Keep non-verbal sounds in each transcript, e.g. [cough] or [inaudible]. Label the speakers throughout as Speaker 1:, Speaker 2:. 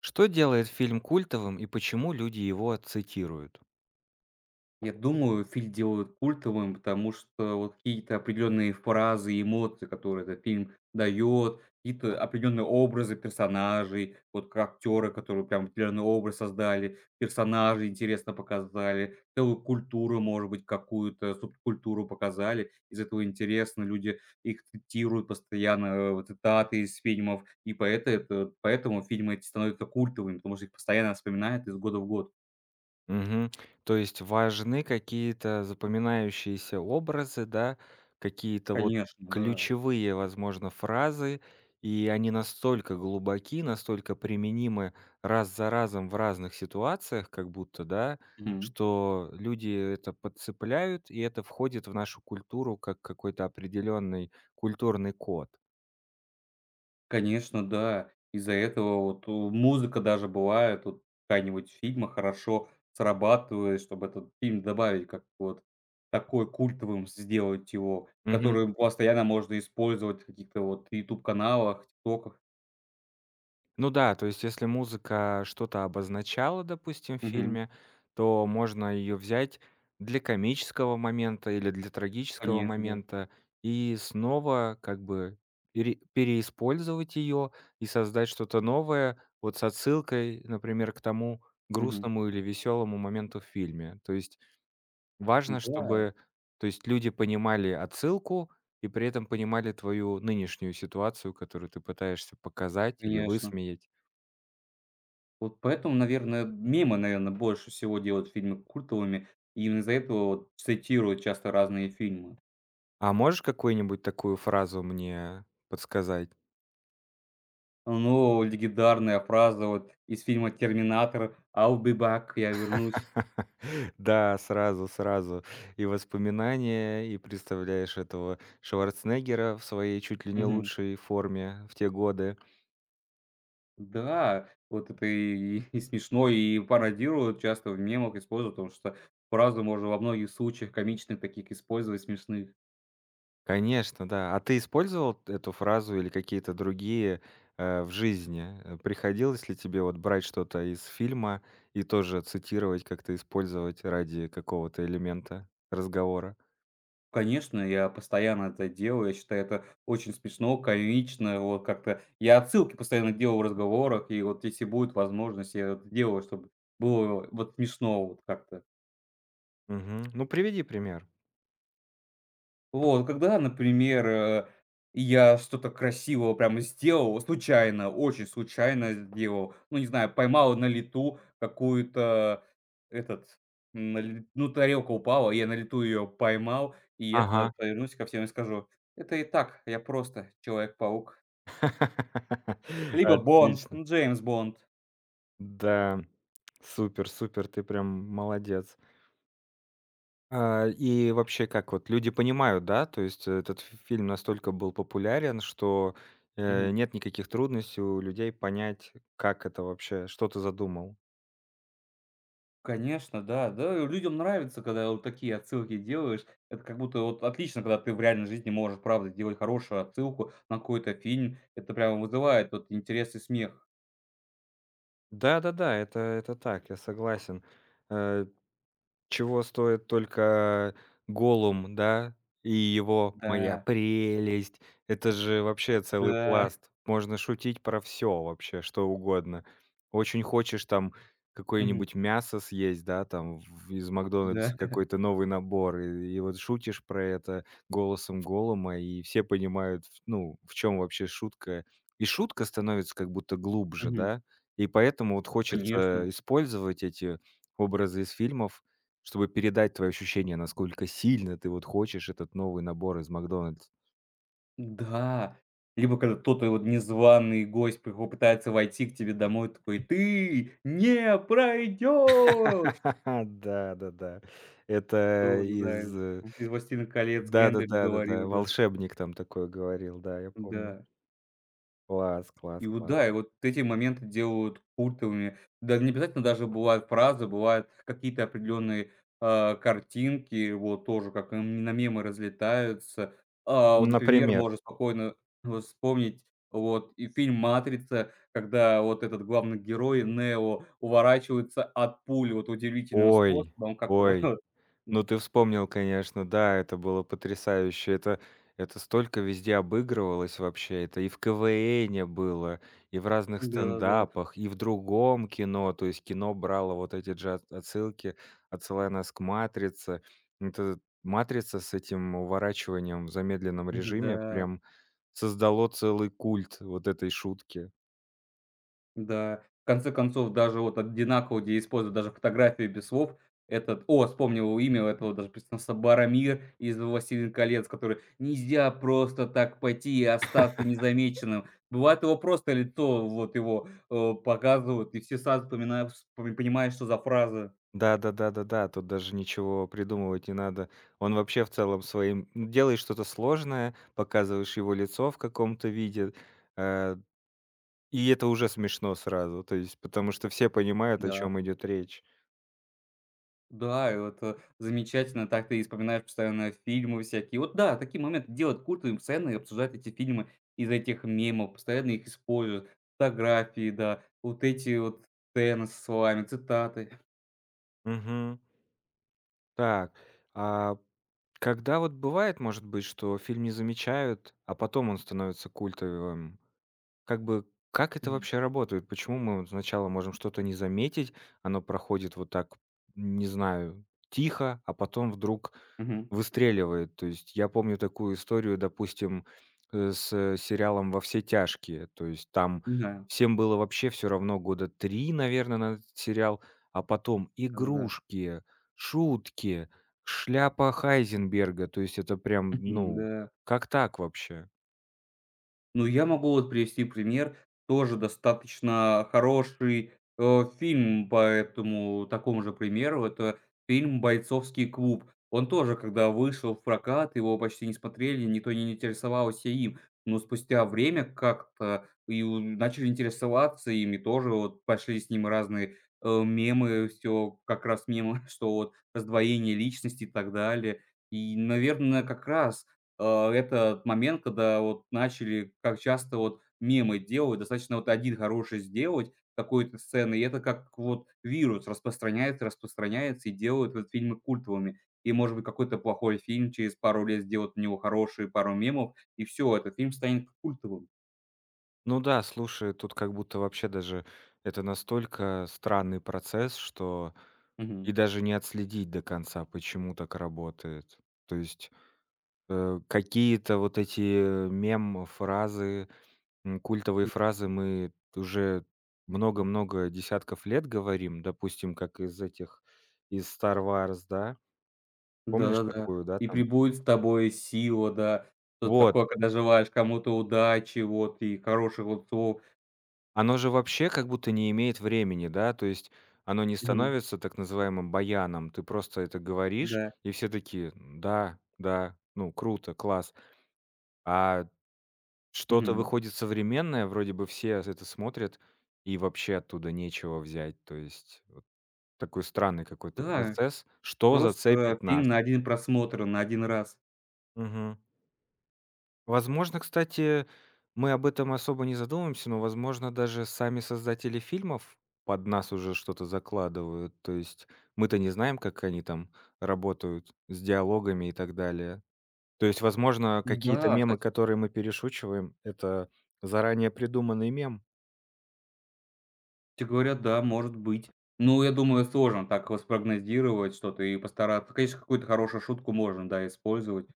Speaker 1: Что делает фильм культовым и почему люди его цитируют?
Speaker 2: Я думаю, фильм делают культовым, потому что вот какие-то определенные фразы и эмоции, которые этот фильм дает, какие-то определенные образы персонажей, вот как актеры, которые прям определенный образ создали, персонажи интересно показали, целую культуру, может быть, какую-то субкультуру показали. Из этого интересно, люди их цитируют постоянно, вот цитаты из фильмов, и поэты это, поэтому фильмы эти становятся культовыми, потому что их постоянно вспоминают из года в год.
Speaker 1: Мгм. То есть важны какие-то запоминающиеся образы, да, какие-то вот
Speaker 2: Конечно, да.
Speaker 1: ключевые, возможно, фразы, и они настолько глубоки, настолько применимы раз за разом в разных ситуациях, как будто, да,
Speaker 2: Мгм.
Speaker 1: что люди это подцепляют, и это входит в нашу культуру как какой-то определенный культурный код.
Speaker 2: Конечно, да. Из-за этого вот, музыка даже бывает вот какая-нибудь фильма хорошо срабатывает, чтобы этот фильм добавить, как вот такой культовым сделать его, который постоянно можно использовать в каких-то вот YouTube каналах, "ТикТоках".
Speaker 1: Ну да, то есть если музыка что-то обозначала, допустим, в
Speaker 2: Мгм.
Speaker 1: фильме, то можно ее взять для комического момента или для трагического
Speaker 2: Конечно, да.
Speaker 1: момента и снова как бы переиспользовать ее и создать что-то новое, вот с отсылкой, например, к тому
Speaker 2: Мгм.
Speaker 1: грустному или веселому моменту в фильме. То есть важно,
Speaker 2: Да,
Speaker 1: чтобы, то есть люди понимали отсылку и при этом понимали твою нынешнюю ситуацию, которую ты пытаешься показать или
Speaker 2: конечно.
Speaker 1: высмеять.
Speaker 2: Вот поэтому, наверное, мемы, наверное, больше всего делают фильмы культовыми. И Именно из-за этого вот цитируют часто разные фильмы.
Speaker 1: А можешь какую-нибудь такую фразу мне подсказать?
Speaker 2: Ну, легендарная фраза вот из фильма "Терминатор": "I'll be back", "Я вернусь".
Speaker 1: [laughs] Да, сразу, сразу. И воспоминания, и представляешь этого Шварценеггера в своей чуть ли не
Speaker 2: Мгм.
Speaker 1: лучшей форме в те годы.
Speaker 2: Да, вот это и смешно, и пародируют, часто в мемах используют, потому что фразу можно во многих случаях комичных таких использовать, смешных.
Speaker 1: Конечно, да. А ты использовал эту фразу или какие-то другие, в жизни? Приходилось ли тебе вот брать что-то из фильма и тоже цитировать, как-то использовать ради какого-то элемента разговора?
Speaker 2: Конечно, я постоянно это делаю, я считаю, это очень смешно, комично, вот как-то я отсылки постоянно делаю в разговорах, и вот если будет возможность, я это делаю, чтобы было вот смешно вот как-то.
Speaker 1: Мгм. Ну, приведи пример.
Speaker 2: Вот, когда, например, я что-то красивого прямо сделал, случайно, очень случайно сделал, ну, не знаю, поймал на лету какую-то, этот, на ле ну, тарелка упала, я на лету ее поймал, и я тогда
Speaker 1: Ага.
Speaker 2: повернусь ко всем и скажу: "Это и так, я просто Человек-паук".
Speaker 1: [laughs]
Speaker 2: Либо Бонд,
Speaker 1: Отлично.
Speaker 2: Джеймс Бонд.
Speaker 1: Да, супер, супер, ты прям молодец. А, и вообще, как вот люди понимают, да, то есть этот ф фильм настолько был популярен, что, нет никаких трудностей у людей понять, как это вообще, что ты задумал.
Speaker 2: Конечно, да. Да, и людям нравится, когда вот такие отсылки делаешь. Это как будто вот отлично, когда ты в реальной жизни можешь, правда, делать хорошую отсылку на какой-то фильм. Это прямо вызывает вот интерес и смех.
Speaker 1: Да-да-да, это так, я согласен. Э Чего стоит только голум, да, и его «Моя
Speaker 2: Да,
Speaker 1: прелесть». Это же вообще целый
Speaker 2: да,
Speaker 1: пласт. Можно шутить про все вообще, что угодно. Очень хочешь там
Speaker 2: [laughs] мгм,
Speaker 1: какое-нибудь мясо съесть, да, там в из «Макдональдса»
Speaker 2: да,
Speaker 1: какой-то новый набор, и вот шутишь про это голосом голума и все понимают, ф ну, в чем вообще шутка. И шутка становится как будто глубже,
Speaker 2: мгм,
Speaker 1: да, и поэтому вот хочется
Speaker 2: конечно,
Speaker 1: использовать эти образы из фильмов чтобы передать твои ощущения, насколько сильно ты вот хочешь этот новый набор из «Макдональдс».
Speaker 2: да. Либо когда кто-то вот незваный гость приходит, пытается войти к тебе домой, такой: "Ты не пройдешь.
Speaker 1: [laughs] Да-да-да. Это
Speaker 2: Тоже, да,
Speaker 1: из,
Speaker 2: из
Speaker 1: э
Speaker 2: из "Властелина колец" Гэндальф говорил,
Speaker 1: Да-да-да-да-да,
Speaker 2: да,
Speaker 1: волшебник там такое говорил, да, я помню.
Speaker 2: да.
Speaker 1: Класс, класс,
Speaker 2: И вот
Speaker 1: класс.
Speaker 2: да, и вот эти моменты делают культовыми. Да не обязательно даже бывают фразы, бывают какие-то определенные, картинки, вот тоже как на мемы разлетаются. А, вот, например,
Speaker 1: Например.
Speaker 2: можно спокойно вот вспомнить вот и фильм "Матрица", когда вот этот главный герой Нео уворачивается от пули вот удивительным
Speaker 1: Ой,
Speaker 2: способом,
Speaker 1: ой.
Speaker 2: как-то
Speaker 1: Ну, ты вспомнил, конечно, да, это было потрясающе. Это столько везде обыгрывалось вообще. Это и в «КВНе» было, и в разных
Speaker 2: [laughs] да-да-да.
Speaker 1: стендапах, и в другом кино. То есть кино брало вот эти же от отсылки, отсылая нас к «Матрице». Это «Матрица» с этим уворачиванием в замедленном режиме
Speaker 2: Да.
Speaker 1: прям создало целый культ вот этой шутки.
Speaker 2: Да. В конце концов, даже вот одинаково, где используют даже фотографии без слов. Этот о, вспомнил его имя, у этого даже представился Баромир из "Властелин колец", который: "Нельзя просто так пойти и остаться незамеченным". Бывает, его просто лицо, вот его, показывают, и все сразу вспоминают вспоми понимают, что за фраза.
Speaker 1: Да-да-да-да-да, тут даже ничего придумывать не надо. Он вообще в целом своим ну, делаешь что-то сложное, показываешь его лицо в каком-то виде, э, и это уже смешно сразу, то есть потому что все понимают, о
Speaker 2: Да.
Speaker 1: чем идет речь.
Speaker 2: Да, и вот, замечательно, так ты и вспоминаешь постоянно фильмы всякие. Вот да, такие моменты делают культовыми, постоянно и обсуждают эти фильмы из этих мемов, постоянно их используют. Фотографии, да, вот эти вот сцены с словами, цитаты.
Speaker 1: Мгм. Так, а когда вот бывает, может быть, что фильм не замечают, а потом он становится культовым? Как бы, как это
Speaker 2: М,
Speaker 1: вообще работает? Почему мы вот сначала можем что-то не заметить, оно проходит вот так, не знаю, тихо, а потом вдруг
Speaker 2: мгм.
Speaker 1: выстреливает? То есть я помню такую историю, допустим, с сериалом «Во все тяжкие». То есть там
Speaker 2: Да,
Speaker 1: всем было вообще все равно года 3, наверное, на этот сериал, а потом
Speaker 2: да да
Speaker 1: игрушки, шутки, шляпа Хайзенберга. То есть это прям,
Speaker 2: [laughs]
Speaker 1: ну,
Speaker 2: да.
Speaker 1: как так вообще?
Speaker 2: Ну, я могу вот привести пример. Тоже достаточно хороший, фильм по этому такому же примеру. Это фильм "Бойцовский клуб". Он тоже, когда вышел в прокат, его почти не смотрели, никто не интересовался им. Но спустя время как-то и у начали интересоваться им, и тоже вот пошли с ним разные, мемы, все как раз мемы, [laughs] что вот раздвоение личности и так далее. И, наверное, как раз это момент, когда вот начали, как часто вот мемы делают, достаточно вот один хороший сделать какой-то сцены, и это как вот вирус распространяется и делают вот фильмы культовыми. И, может быть, какой-то плохой фильм через пару лет сделают у него хорошие пару мемов, и все, этот фильм станет культовым.
Speaker 1: Ну да, слушай, тут как будто вообще даже это настолько странный процесс, что и
Speaker 2: Мгм.
Speaker 1: даже не отследить до конца, почему так работает. То есть какие-то вот эти мем-фразы, культовые фразы мы уже много-много десятков лет говорим, допустим, как из этих, из Star Wars, да? Помнишь
Speaker 2: Да-да-да.
Speaker 1: такую, да,
Speaker 2: "И
Speaker 1: там?
Speaker 2: пребудет с тобой сила", да. Что-то
Speaker 1: Вот,
Speaker 2: такое, когда желаешь кому-то удачи, вот, и хороших вот слов.
Speaker 1: оно же вообще как будто не имеет времени, да, то есть оно не
Speaker 2: Мгм.
Speaker 1: становится так называемым баяном. Ты просто это говоришь,
Speaker 2: Да.
Speaker 1: и все такие: «да, да, ну, круто, класс». А что-то
Speaker 2: Мгм.
Speaker 1: выходит современное, вроде бы все с это смотрят, и вообще оттуда нечего взять. То есть такой странный какой-то
Speaker 2: Да.
Speaker 1: процесс. Что зацепит
Speaker 2: Просто
Speaker 1: нас?
Speaker 2: фильм на один просмотр, на один раз.
Speaker 1: Возможно, кстати, мы об этом особо не задумываемся, но, возможно, даже сами создатели фильмов под нас уже что-то закладывают. То есть мы-то не знаем, как они там работают с диалогами и так далее. То есть, возможно, какие-то
Speaker 2: Да, с
Speaker 1: мемы, которые мы перешучиваем, это заранее придуманный мем.
Speaker 2: Тебе говорят, да, может быть. Ну, я думаю, сложно так вот спрогнозировать что-то и постараться. Конечно, какую-то хорошую шутку можно, да, использовать.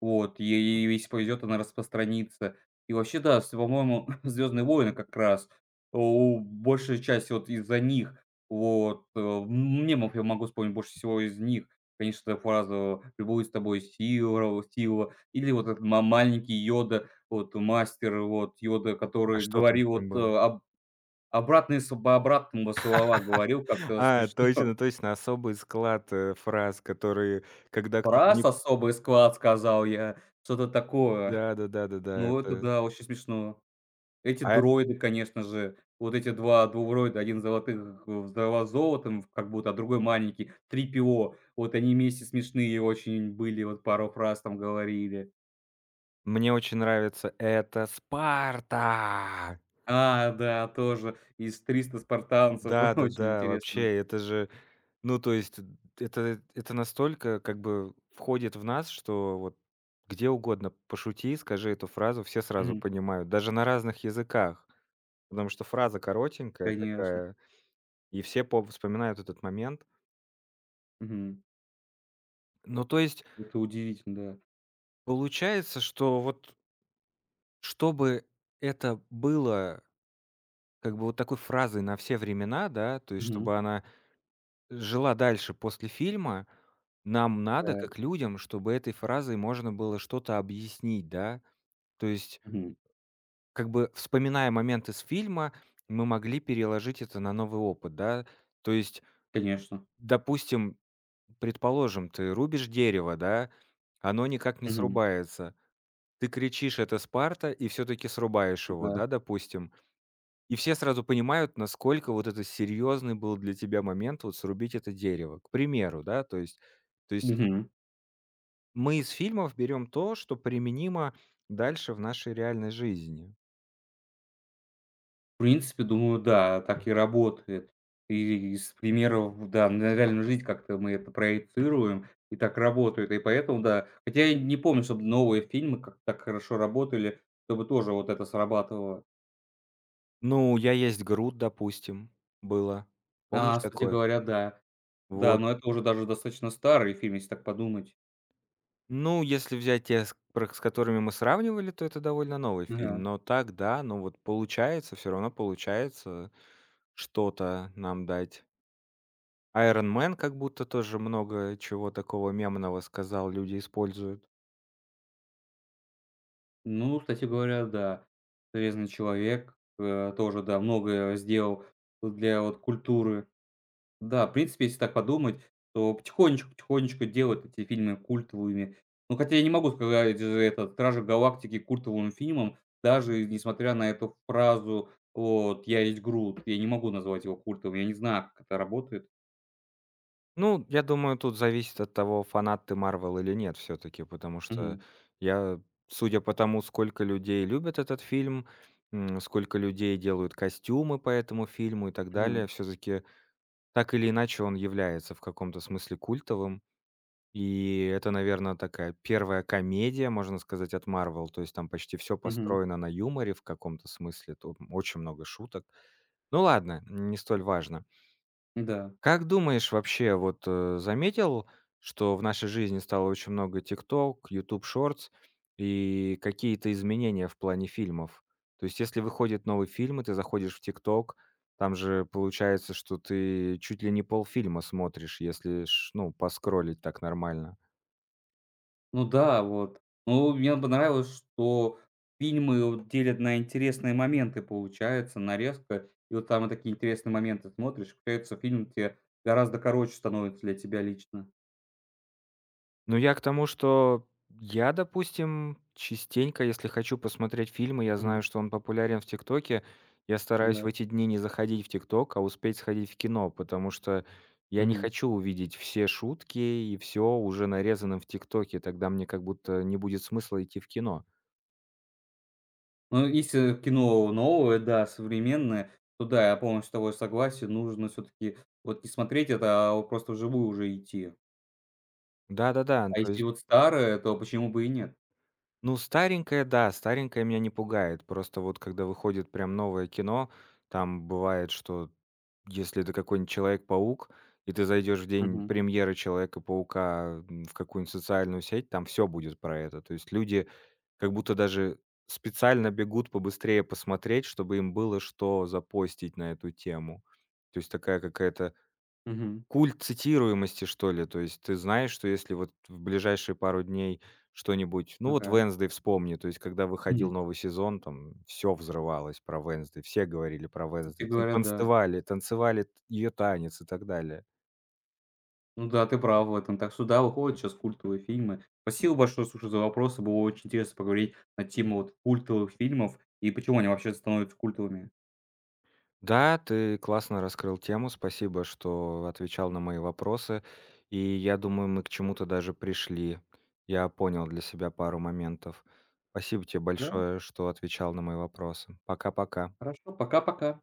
Speaker 2: Вот, и если повезет, она распространится. И вообще, да, с по-моему, [laughs] "Звездные войны" как раз, у большая часть вот из-за них, вот, мемов я могу вспомнить больше всего из них. Конечно, эта фраза фразу с тобой, Сила", Сила, или вот этот ма маленький Йода, вот мастер, вот Йода,
Speaker 1: А
Speaker 2: который
Speaker 1: что там
Speaker 2: говорил
Speaker 1: с ним
Speaker 2: вот, э,
Speaker 1: было?
Speaker 2: об Обратные с об слова говорил,
Speaker 1: [laughs]
Speaker 2: как-то вот
Speaker 1: А,
Speaker 2: смешно.
Speaker 1: точно, точно, особый склад, фраз, которые, когда
Speaker 2: [laughs]
Speaker 1: кто-то не.
Speaker 2: "Раз- особый склад",- сказал я, что-то такое.
Speaker 1: Да-да-да-да-да,
Speaker 2: Ну, это
Speaker 1: это
Speaker 2: да, очень смешно. Эти
Speaker 1: А
Speaker 2: дроиды, конечно же, вот эти 2 двугроида, один золотых взорвал золотом как будто, а другой маленький 3PO. Вот они вместе смешные очень были, вот пару фраз там говорили.
Speaker 1: Мне очень нравится «Это Спарта!»
Speaker 2: А, да, тоже из триста спартанцев", [laughs] очень
Speaker 1: Да-да-да,
Speaker 2: интересно.
Speaker 1: вообще, это же, ну, то есть, д это настолько как бы входит в нас, что вот где угодно пошути, скажи эту фразу, все сразу
Speaker 2: Мгм.
Speaker 1: понимают, даже на разных языках. Потому что фраза коротенькая
Speaker 2: Конечно.
Speaker 1: такая, и все по вспоминают этот момент.
Speaker 2: Мгм.
Speaker 1: Ну, то есть
Speaker 2: Это удивительно, да.
Speaker 1: получается, что вот чтобы это было как бы вот такой фразой на все времена, да, то есть
Speaker 2: Мгм.
Speaker 1: чтобы она жила дальше после фильма, нам надо,
Speaker 2: Да.
Speaker 1: как людям, чтобы этой фразой можно было что-то объяснить, да. То есть,
Speaker 2: Мгм.
Speaker 1: как бы вспоминая момент из фильма, мы могли переложить это на новый опыт, да. То есть,
Speaker 2: Конечно.
Speaker 1: допустим, предположим, ты рубишь дерево, да, оно никак не
Speaker 2: Мгм.
Speaker 1: срубается. Ты кричишь: «Это Спарта!», и все таки срубаешь его,
Speaker 2: Да.
Speaker 1: да, допустим. И все сразу понимают, насколько вот это серьезный был для тебя момент вот срубить это дерево, к примеру, да. То есть
Speaker 2: Мгм.
Speaker 1: мы из фильмов берем то, что применимо дальше в нашей реальной жизни.
Speaker 2: В принципе, думаю, да, так и работает. И из примеров, да, на реальную жизнь как-то мы это проецируем, и так работает. И поэтому, да. Хотя я не помню, чтобы новые фильмы как так хорошо работали, чтобы тоже вот это срабатывало.
Speaker 1: Ну, «Я есть Грут», допустим, было. Помнишь
Speaker 2: А, кстати
Speaker 1: такое?
Speaker 2: говоря, да. Да,
Speaker 1: Вот.
Speaker 2: но это уже даже достаточно старый фильм, если так подумать.
Speaker 1: Ну, если взять те, с которыми мы сравнивали, то это довольно новый фильм.
Speaker 2: Ага.
Speaker 1: Но так, да, ну вот получается, все равно получается что-то нам дать. Iron Man, как будто тоже много чего такого мемного сказал, люди используют.
Speaker 2: Ну, кстати говоря, да. "Железный человек", тоже, да, многое сделал для вот культуры. Да, в принципе, если так подумать, то потихонечку-потихонечку делают эти фильмы культовыми. Ну, хотя я не могу сказать же этот "Стражи Галактики" культовым фильмом, даже несмотря на эту фразу вот "Я есть Грут". Я не могу назвать его культовым, я не знаю, как это работает.
Speaker 1: Ну, я думаю, тут зависит от того, фанат ты «Марвел» или нет все таки потому что
Speaker 2: Мгм,
Speaker 1: я, судя по тому, сколько людей любят этот фильм, сколько людей делают костюмы по этому фильму и так далее,
Speaker 2: мгм,
Speaker 1: все таки так или иначе он является в каком-то смысле культовым. И это, наверное, такая первая комедия, можно сказать, от «Марвел». То есть там почти все
Speaker 2: мгм.
Speaker 1: построено на юморе в каком-то смысле, тут очень много шуток. Ну ладно, не столь важно.
Speaker 2: Да.
Speaker 1: Как думаешь, вообще, вот, заметил, что в нашей жизни стало очень много TikTok, YouTube Shorts и какие-то изменения в плане фильмов? То есть если выходит новый фильм, и ты заходишь в TikTok, там же получается, что ты чуть ли не полфильма смотришь, если ш ну, поскролить так нормально.
Speaker 2: Ну да, вот. Ну, мне понравилось, что фильмы вот делят на интересные моменты, получается, нарезка. И вот там и такие интересные моменты смотришь, получается, фильм те гораздо короче становится для тебя лично.
Speaker 1: Ну, я к тому, что я, допустим, частенько, если хочу посмотреть фильмы, я
Speaker 2: Мгм.
Speaker 1: знаю, что он популярен в «Тиктоке», я стараюсь в
Speaker 2: Да.
Speaker 1: эти дни не заходить в «Тикток», а успеть сходить в кино, потому что я не
Speaker 2: Мгм.
Speaker 1: хочу увидеть все шутки и все уже нарезанным в «Тиктоке», тогда мне как будто не будет смысла идти в кино.
Speaker 2: Ну, если кино новое, да, современное, то да, я полностью с тобой согласен. Нужно все-таки вот не смотреть это, а вот просто вживую уже идти.
Speaker 1: Да-да-да,
Speaker 2: А
Speaker 1: то
Speaker 2: если
Speaker 1: есть,
Speaker 2: вот старое, то почему бы и нет?
Speaker 1: ну, старенькое, да, старенькое меня не пугает. Просто вот когда выходит прям новое кино, там бывает, что если это какой-нибудь Человек-паук, и ты зайдешь в день
Speaker 2: Мгм.
Speaker 1: премьеры Человека-паука, в какую-нибудь социальную сеть, там все будет про это. То есть люди как будто даже специально бегут побыстрее посмотреть, чтобы им было что запостить на эту тему. То есть такая какая-то
Speaker 2: Мгм.
Speaker 1: культ цитируемости, что ли. То есть ты знаешь, что если вот в ближайшие пару дней что-нибудь ну, вот
Speaker 2: Ага.
Speaker 1: «Вэнсдей» вспомни, то есть когда выходил
Speaker 2: Мгм.
Speaker 1: новый сезон, там все взрывалось про «Вэнсдей», все говорили про
Speaker 2: Кстати
Speaker 1: «Вэнсдей»,
Speaker 2: говоря, да.
Speaker 1: танцевали ее танец и так далее.
Speaker 2: Ну да, ты прав в этом. Так что да, выходят сейчас культовые фильмы. Спасибо большое, слушай, за вопросы. Было очень интересно поговорить на тему вот культовых фильмов и почему они вообще становятся культовыми.
Speaker 1: Да, ты классно раскрыл тему. Спасибо, что отвечал на мои вопросы. И я думаю, мы к чему-то даже пришли. Я понял для себя пару моментов. Спасибо тебе
Speaker 2: Да,
Speaker 1: большое, что отвечал на мои вопросы. Пока-пока.
Speaker 2: хорошо. Пока-пока.